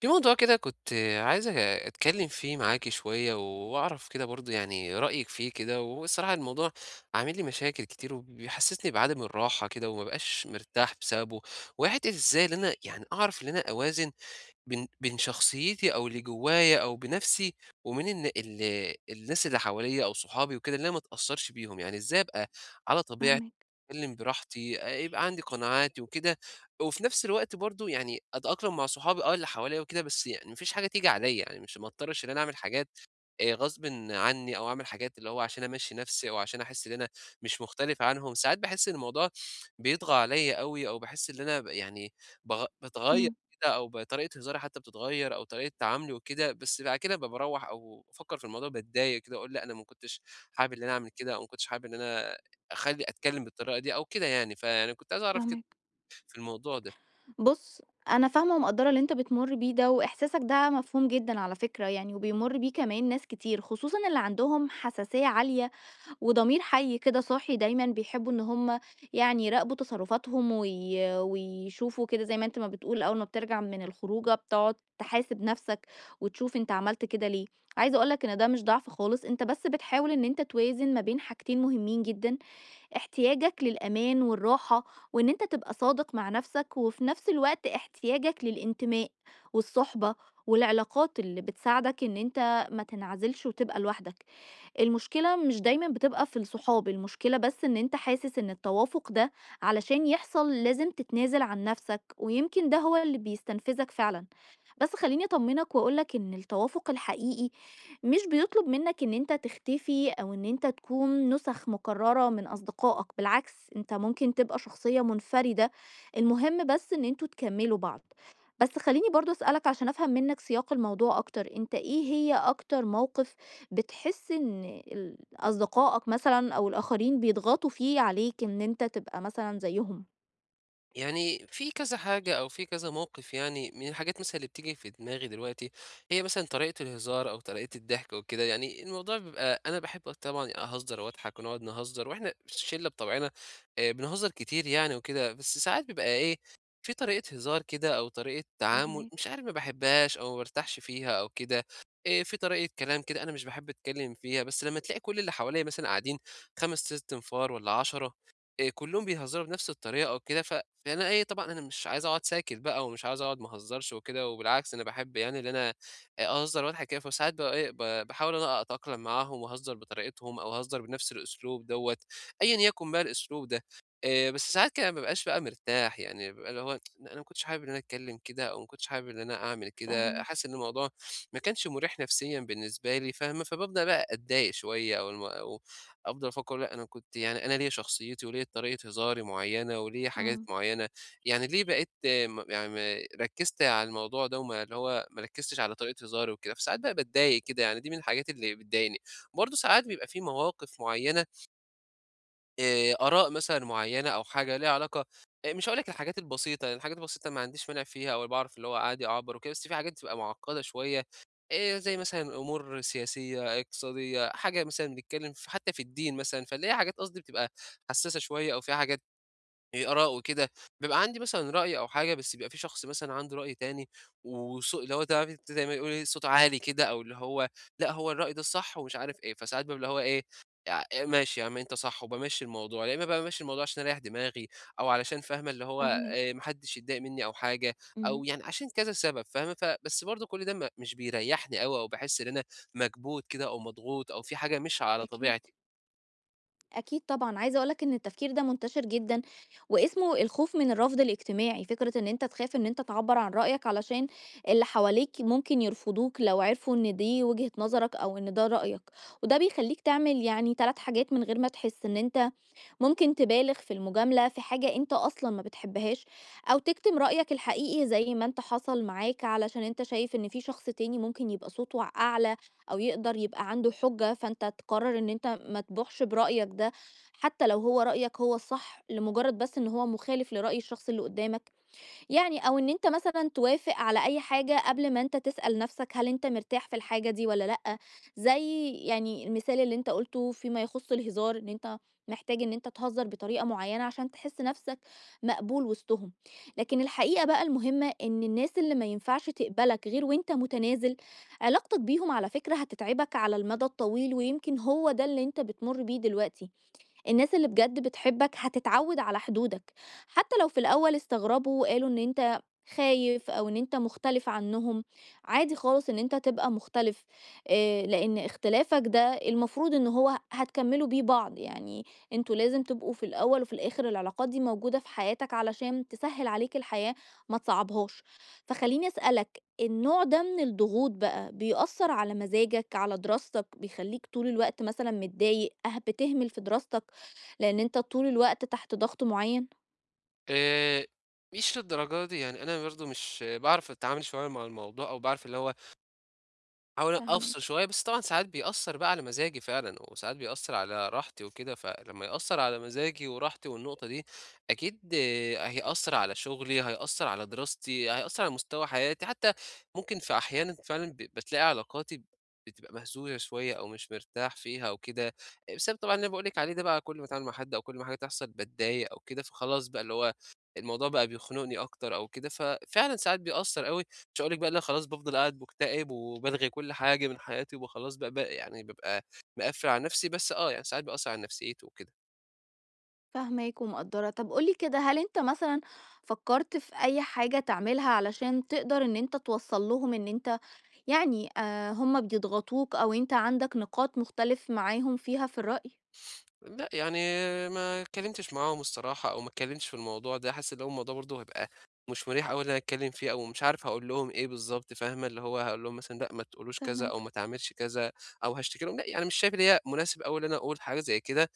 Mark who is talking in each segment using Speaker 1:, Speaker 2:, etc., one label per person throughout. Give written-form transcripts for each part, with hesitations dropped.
Speaker 1: في موضوع كده كنت عايز أتكلم فيه معاكِ شوية، وأعرف كده برضه يعني رأيِك فيه كده، والصراحة الموضوع عامل لي مشاكل كتير، وبيحسسني بعدم الراحة كده، وما بابقاش مرتاح بسببه. وهي حتة إزاي إن أنا يعني أعرف إن أنا أوازن بين شخصيتي أو اللي جوايا أو بنَفْسي، وبين إن الناس اللي حواليّا أو صحابي وكده، إن أنا ما أتأثّرش بيهم، يعني إزاي أبقى على طبيعتي،
Speaker 2: فاهماك،
Speaker 1: أتكلّم براحتي، يبقى عندي قناعاتي وكده، وفي نَفْس الوقت برضه يعني أتأقلم مع صحابي اللي حواليّا وكده، بس يعني ما فيش حاجة تيجي عليّا، يعني مش ما اضطرش إن أنا أعمل حاجات غصبٍ عنّي، أو أعمل حاجات اللي هو عشان أمشّي نَفْسي، أو عشان أحس إن أنا مش مختلف عنهم. ساعات باحس إن الموضوع بيطغى عليّا أوي، أو باحس إن أنا يعني باتغيّر
Speaker 2: إمم،
Speaker 1: كده، أو بطريقة هزاري حتى بتتغيّر، أو طريقة تعاملي وكده. بس بعد كده باروّح أو بافكّر في الموضوع باتضايق كده، أقول لأ، أنا ما كنتش حابب إن أنا أعمل كده، أو ما كنتش حابب إن أنا أخلّي أتكلّم بالطريقة دي أو كده يعني، فيعني كنت عايز أعرف كده
Speaker 2: فاهماك.
Speaker 1: في الموضوع ده.
Speaker 2: بُص، أنا فاهمة ومقدّرة اللي أنت بتمُر بيه ده، وإحساسك ده مفهوم جدًا على فكرة يعني، وبيمُر بيه كمان ناس كتير، خصوصًا اللي عندهم حساسية عالية وضمير حي كده صاحي دايمًا، بيحبّوا إن هم يعني يراقبوا تصرفاتهم وي ويشوفوا كده زي ما أنت ما بتقول أول ما بترجع من الخروجة بتقعد تحاسب نَفْسك وتشوف أنت عملت كده ليه. عايزة أقول لك إن ده مش ضعف خالص، أنت بس بتحاول إن أنت توازن ما بين حاجتين مهمين جدًا، احتياجك للأمان والراحة وإن أنت تبقى صادق مع نفسك، وفي نفس الوقت احتياجك للانتماء والصحبة والعلاقات اللي بتساعدك إن أنت ما تنعزلش وتبقى لوحدك. المشكلة مش دايما بتبقى في الصحاب، المشكلة بس إن أنت حاسس إن التوافق ده علشان يحصل لازم تتنازل عن نفسك، ويمكن ده هو اللي بيستنفذك فعلا. بس خلّيني أطمّنك وأقول لك إن التوافُق الحقيقي مش بيطلب منّك إن أنت تختفي أو إن أنت تكون نُسَخ مكرّرة من أصدقائك، بالعكس أنت ممكن تبقى شخصية منفردة، المهم بس إن أنتم تكمّلوا بعض. بس خلّيني برضه أسألك عشان أفهم منّك سياق الموضوع أكتر، أنت إيه هي أكتر موقِف بتحس إن أصدقائك مثلًا أو الآخرين بيضغطوا فيه عليك إن أنت تبقى مثلًا زيّهم؟
Speaker 1: يعني في كذا حاجة، أو في كذا موقف يعني من الحاجات مثلًا اللي بتيجي في دماغي دلوقتي، هي مثلًا طريقة الهزار أو طريقة الضحك وكده. يعني الموضوع بيبقى أنا باحب طبعًا أهزر وأضحك ونقعد نهزر، وإحنا الشلة بطبعنا بنهزر كتير يعني وكده. بس ساعات بيبقى إيه، في طريقة هزار كده، أو طريقة تعامل مش
Speaker 2: فاهماك،
Speaker 1: عارف ما باحبهاش، أو ما بارتاحش فيها أو كده. في طريقة كلام كده أنا مش باحب أتكلم فيها، بس لمّا تلاقي كل اللي حواليّا مثلًا قاعدين 5، 6 أنفار والّا 10 كلّهم بيهزروا بنفس الطريقة وكده. ف يعني أنا إيه، طبعًا أنا مش عايز أقعد ساكت بقى، ومش عاوز أقعد ما أهزرش وكده، وبالعكس أنا باحب يعني إن أنا أهزر وأضحك كده. فساعات بقى إيه، باحاول إن أنا أتأقلم معاهم وأهزر بطريقتهم، أو أهزر بنفس الأسلوب دوّة، أيًا يكن بقى الأسلوب ده. بس ساعات كده ما بابقاش بقى مرتاح، يعني بابقى اللي هو أنا ما كنتش حابب إن أنا أتكلم كده، أو ما كنتش حابب إن أنا أعمل كده،
Speaker 2: فاهماك،
Speaker 1: حاسس إن الموضوع ما كانش مُريح نفسيًا بالنسبة لي، فاهمة؟ فبابدأ بقى أتضايق شوية، أو أفضل أفكّر لأ أنا كنت يعني أنا ليّا شخصيتي، وليّا طريقة هزاري معيّنة، وليّا حاجات
Speaker 2: إمم،
Speaker 1: معيّنة، يعني ليه بقيت آه، م يعني ركّزت على الموضوع ده، وما اللي هو ما ركّزتش على طريقة هزاري وكده، فساعات بقى باتضايق كده. يعني دي من الحاجات اللي بتضايقني. برضه ساعات بيبقى في مواقف معيّنة، آراء مثلًا معيّنة، أو حاجة ليها علاقة. مش هاقول لك الحاجات البسيطة، لإن الحاجات البسيطة ما عنديش مانع فيها، أو باعرف اللي هو عادي أعبّر وكده. بس في حاجات بتبقى معقّدة شوية، زي مثلًا أمور سياسية، اقتصادية، حاجة مثلًا بنتكلّم حتى في الدين مثلًا، فاللي هي حاجات قصدي بتبقى حسّاسة شوية، أو فيها حاجات، آراء وكده. بيبقى عندي مثلًا رأي أو حاجة، بس بيبقى في شخص مثلًا عنده رأي تاني، اللي هو تعرفي أنتِ زي ما بيقولوا إيه، صوت عالي كده، أو اللي هو لأ، هو الرأي ده الصح، ومش عارف إيه. فساعات بابقى اللي هو إيه، إيه، ماشي يا عم أنت صح، وبامشّي الموضوع، يا إمّا بامشّي الموضوع عشان أريّح دماغي، أو علشان فاهمة اللي هو
Speaker 2: فاهماك،
Speaker 1: ما حدّش يتضايق منّي أو حاجة،
Speaker 2: إمم،
Speaker 1: أو يعني عشان كذا سبب فاهمة. بس برضه كل ده ما مش بيريّحني أوي، أو باحس إن أنا مكبوت كده، أو مضغوط، أو في حاجة مش على
Speaker 2: أكيد.
Speaker 1: طبيعتي.
Speaker 2: أكيد طبعًا، عايزة أقول لك إن التفكير ده منتشر جدًا، واسمه الخوف من الرفض الاجتماعي، فكرة إن أنت تخاف إن أنت تعبّر عن رأيك علشان اللي حواليك ممكن يرفضوك لو عرفوا إن دي وجهة نظرك أو إن ده رأيك، وده بيخلّيك تعمل يعني 3 حاجات من غير ما تحس، إن أنت ممكن تبالغ في المجاملة في حاجة أنت أصلا ما بتحبهاش، أو تكتم رأيك الحقيقي زي ما أنت حصل معاك علشان أنت شايف إن في شخص تاني ممكن يبقى صوته أعلى أو يقدر يبقى عنده حجة، فأنت تقرر إن أنت ما تبوحش برأيك ده حتى لو هو رأيك هو الصح، لمجرد بس إن هو مخالف لرأي الشخص اللي قدامك، يعني أو إن أنت مثلًا توافق على أي حاجة قبل ما أنت تسأل نفسك هل أنت مرتاح في الحاجة دي والّا لأ، زي يعني المثال اللي أنت قُلته فيما يخُص الهزار، إن أنت محتاج إن أنت تهزّر بطريقة معيّنة عشان تحس نفسك مقبول وسطهم. لكن الحقيقة بقى المهمة إن الناس اللي ما ينفعش تقبلك غير وأنت متنازل، علاقتك بيهم على فكرة هتتعبك على المدى الطويل، ويمكن هو ده اللي أنت بتمُر بيه دلوقتي. الناس اللي بجد بتحبك هتتعود على حدودك حتى لو في الأول استغربوا وقالوا إن أنت خايف أو إن أنت مختلف عنهم. عادي خالص إن أنت تبقى مختلف، لأن اختلافك ده المفروض إن هو هتكملوا بيه بعض، يعني أنتوا لازم تبقوا في الأول وفي الآخر. العلاقات دي موجودة في حياتك علشان تسهل عليك الحياة، ما تصعبهاش. فخليني أسألك، النوع ده من الضغوط بقى بيأثر على مزاجك، على دراستك، بيخليك طول الوقت مثلا متضايق، بتهمل في دراستك لأن أنت طول الوقت تحت ضغط معيّن؟
Speaker 1: آآ، مش للدرجة دي، يعني أنا برضه مش باعرف أتعامل شوية مع الموضوع، أو باعرف اللي هو أحاول أفصل
Speaker 2: فاهماك،
Speaker 1: شوية، بس طبعًا ساعات بيأثّر بقى على مزاجي فعلًا، وساعات بيأثّر على راحتي وكده، فلمّا يأثّر على مزاجي وراحتي والنقطة دي، أكيد آه، هيأثّر على شغلي، هيأثّر على دراستي، هيأثّر على مستوى حياتي، حتى ممكن في أحيانًا فعلًا بتلاقي علاقاتي بتبقى مهزوزة شوية، أو مش مرتاح فيها أو كده، بسبب طبعًا اللي أنا باقول لِك عليه ده بقى. كل ما أتعامل مع حد، أو كل ما حاجة تحصل باتضايق أو كده، فخلاص بقى اللي هو الموضوع بقى بيخنقني أكتر أو كده. ففعلًا ساعات بيأثّر أوي، مش هاقول لِك بقى اللي أنا خلاص بافضل قاعد مكتئب، وبالغي كل حاجة من حياتي، وبابقى خلاص بقى يعني بابقى مقفّل على نفسي، بس آه، يعني ساعات بيأثّر على نفسيتي وكده.
Speaker 2: فاهماك ومقدّرة. طب قُل لي كده، هل أنت مثلًا فكّرت في أي حاجة تعملها علشان تقدر إن أنت توصّل لهم إن أنت يعني هم بيضغطوك أو أنت عندك نقاط مختلف معاهم فيها في الرأي؟
Speaker 1: لأ، يعني ما اتكلّمتش معاهم الصراحة، أو ما اتكلّمتش في الموضوع ده، حاسس اللي هو الموضوع برضه هيبقى مش مُريح أوي إن أنا أتكلّم فيه، أو مش عارف هاقول لهم إيه بالضبط فاهمة. اللي هو هاقول لهم مثلًا لأ ما تقولوش كذا، أو
Speaker 2: فاهماك،
Speaker 1: ما تعملش كذا، أو هاشتكي لهم، لأ، يعني مش شايف إن هي مناسب أوي إن أنا أقول حاجة زي كده.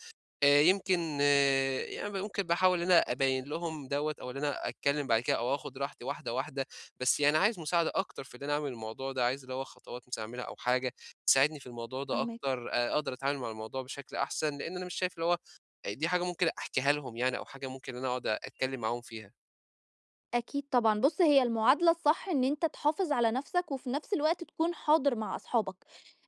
Speaker 1: يمكن يعني ممكن باحاول إن أنا أبيّن لهم دوّة، أو إن أنا أتكلّم بعد كده، أو آخُد راحتي واحدة، واحدة، بس يعني عايز مساعدة أكتر في إن أنا أعمل الموضوع ده، عايز اللي هو خطوات مثلًا أعملها، أو حاجة تساعدني في الموضوع ده
Speaker 2: فاهماك.
Speaker 1: أكتر، أقدر أتعامل مع الموضوع بشكل أحسن، لإن أنا مش شايف اللي هو دي حاجة ممكن أحكيها لهم يعني، أو حاجة ممكن إن أنا أقعد أتكلّم معاهم فيها.
Speaker 2: أكيد طبعًا، بُص هي المعادلة الصح إن أنت تحافظ على نَفْسك، وفي نَفْس الوقت تكون حاضر مع أصحابك،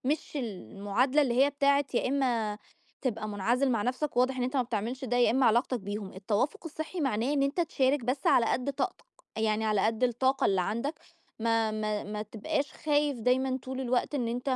Speaker 2: مش المعادلة اللي هي بتاعة يا إمّا تبقى منعزل مع نَفْسك وواضح إن أنت ما بتعملش ده، يا إمّا علاقتك بيهم. التوافق الصحي معناه إن أنت تشارك بس على قد طاقتك، يعني على قد الطاقة اللي عندك، ما تبقاش خايف دايمًا طول الوقت إن أنت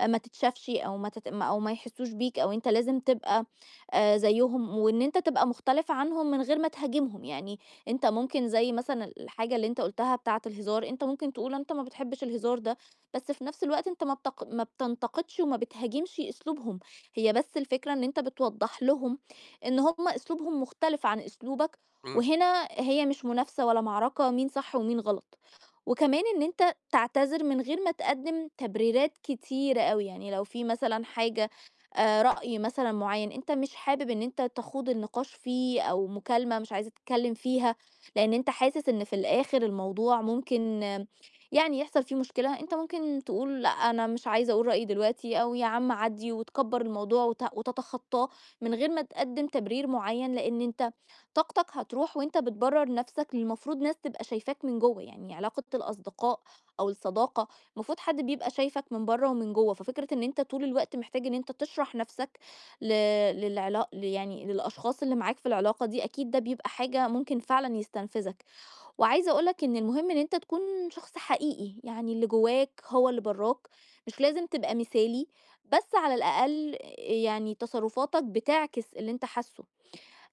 Speaker 2: ما تتشافش أو ما يحسّوش بيك، أو أنت لازم تبقى زيّهم، وإن أنت تبقى مختلف عنهم من غير ما تهاجمهم، يعني أنت ممكن زي مثلًا الحاجة اللي أنت قُلتها بتاعة الهزار، أنت ممكن تقول أنت ما بتحبش الهزار ده، بس في نفس الوقت أنت ما بتنتقدش وما بتهاجمش أسلوبهم، هي بس الفكرة إن أنت بتوضّح لهم إن هم أسلوبهم مختلف عن أسلوبك،
Speaker 1: إمم،
Speaker 2: وهنا هي مش منافسة ولا معركة مين صح ومين غلط، وكمان إن أنت تعتذر من غير ما تقدّم تبريرات كتيرة أوي، يعني لو في مثلًا حاجة رأي مثلًا معيّن أنت مش حابب إن أنت تخوض النقاش فيه أو مكالمة مش عايز تتكلم فيها، لأن أنت حاسس إن في الآخر الموضوع ممكن يعني يحصل فيه مشكلة، أنت ممكن تقول لأ أنا مش عايزة أقول رأيي دلوقتي أو يا عم عدي وتكبر الموضوع وت- وتتخطاه من غير ما تقدم تبرير معين، لأن أنت طاقتك هتروح وأنت بتبرر نفسك. المفروض ناس تبقى شايفاك من جوه، يعني علاقة الأصدقاء أو الصداقة المفروض حد بيبقى شايفك من بره ومن جوه، ففكرة إن أنت طول الوقت محتاج إن أنت تشرح نفسك ل للعلاق يعني للأشخاص اللي معاك في العلاقة دي، أكيد ده بيبقى حاجة ممكن فعلًا يستنفذك. وعايزة أقول لك إن المهم إن أنت تكون شخص حقيقي، يعني اللي جواك هو اللي براك، مش لازم تبقى مثالي، بس على الأقل يعني تصرفاتك بتعكس اللي أنت حاسُّه.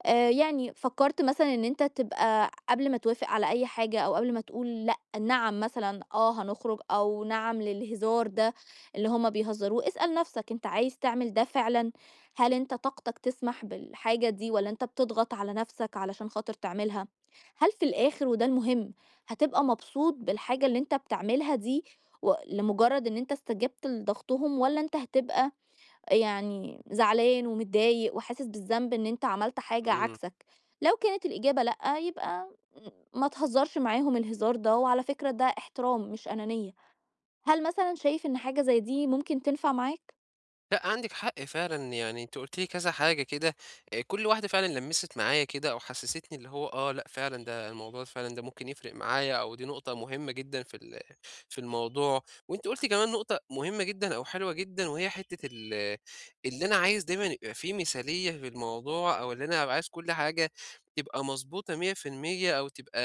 Speaker 2: يعني فكّرت مثلًا إن أنت تبقى قبل ما توافق على أي حاجة أو قبل ما تقول لأ نعم مثلًا، هنخرج أو نعم للهزار ده اللي هم بيهزروه، اسأل نَفْسك أنت عايز تعمل ده فعلًا؟ هل أنت طاقتك تسمح بالحاجة دي والّا أنت بتضغط على نَفْسك علشان خاطر تعملها؟ هل في الآخر وده المهم، هتبقى مبسوط بالحاجة اللي أنت بتعملها دي و لمجرّد إن أنت استجبت لضغطهم، والّا أنت هتبقى يعني زعلان ومتضايق وحاسس بالذنب إن أنت عملت حاجة
Speaker 1: إمم.
Speaker 2: عكسك. لو كانت الإجابة لأ يبقى ما تهزرش معاهم الهزار ده، وعلى فكرة ده احترام مش أنانية. هل مثلا شايف إن حاجة زي دي ممكن تنفع معاك؟
Speaker 1: لأ، عندِك حق فعلًا، يعني أنتِ قُلتِ لي كذا حاجة كده، كل واحدة فعلًا لمّست معايا كده، أو حسّستني اللي هو لأ فعلًا ده الموضوع، فعلًا ده ممكن يفرق معايا، أو دي نقطة مهمة جدًا في في الموضوع. وأنتِ قُلتِ كمان نقطة مهمة جدًا أو حلوة جدًا، وهي حتّة اللي أنا عايز دايمًا يبقى في مثالية في الموضوع، أو اللي أنا أبقى عايز كل حاجة تبقى مضبوطة 100%، أو تبقى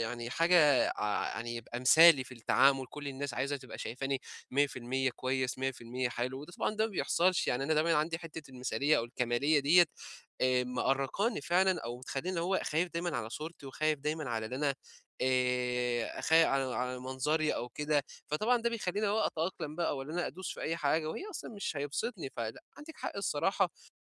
Speaker 1: يعني حاجة يعني يبقى مثالي في التعامل. كل الناس عايزة تبقى شايفاني 100% كويس، 100% حلو، وده طبعًا ده ما بيحصلش. يعني أنا دايمًا عندي حتة المثالية أو الكمالية ديّة، مأرّقاني فعلًا، أو متخلّيني اللي هو خايف دايمًا على صورتي، وخايف دايمًا على اللي أنا خا على على منظري أو كده، فطبعًا ده بيخلّيني اللي هو أتأقلم بقى، والّا أنا أدوس في أي حاجة وهي أصلًا مش هيبسطني. فلأ، عندِك حق الصراحة،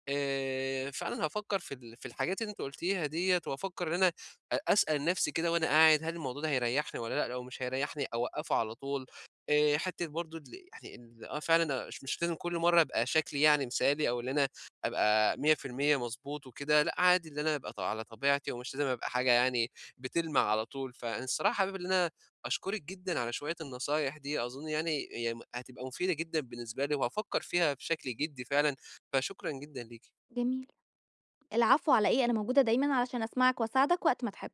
Speaker 1: فعلًا هافكّر في في الحاجات اللي أنتِ قُلتيها ديّة، وأفكّر إن أنا أسأل نَفْسي كده، وأنا قاعد هل الموضوع ده هيريّحني والّا لأ، لو مش هيريّحني أوقّفه على طول. حتّة برضه يعني ال آه فعلًا مش لازم كل مرّة أبقى شكلي يعني مثالي، أو اللي أنا أبقى 100% مضبوط وكده، لأ عادي اللي أنا أبقى على طبيعتي، ومش لازم أبقى حاجة يعني بتلمع على طول. فأنا الصراحة حابب إن أنا أشكرِك جدًا على شوية النصايح دي، أظن يعني هي هتبقى مفيدة جدًا بالنسبة لي، وهافكّر فيها بشكل جدّي فعلًا، فشكرًا جدًا ليكِ.
Speaker 2: جميل. العفو، على إيه، أنا موجودة دايما علشان أسمعك وأساعدك وقت ما تحب.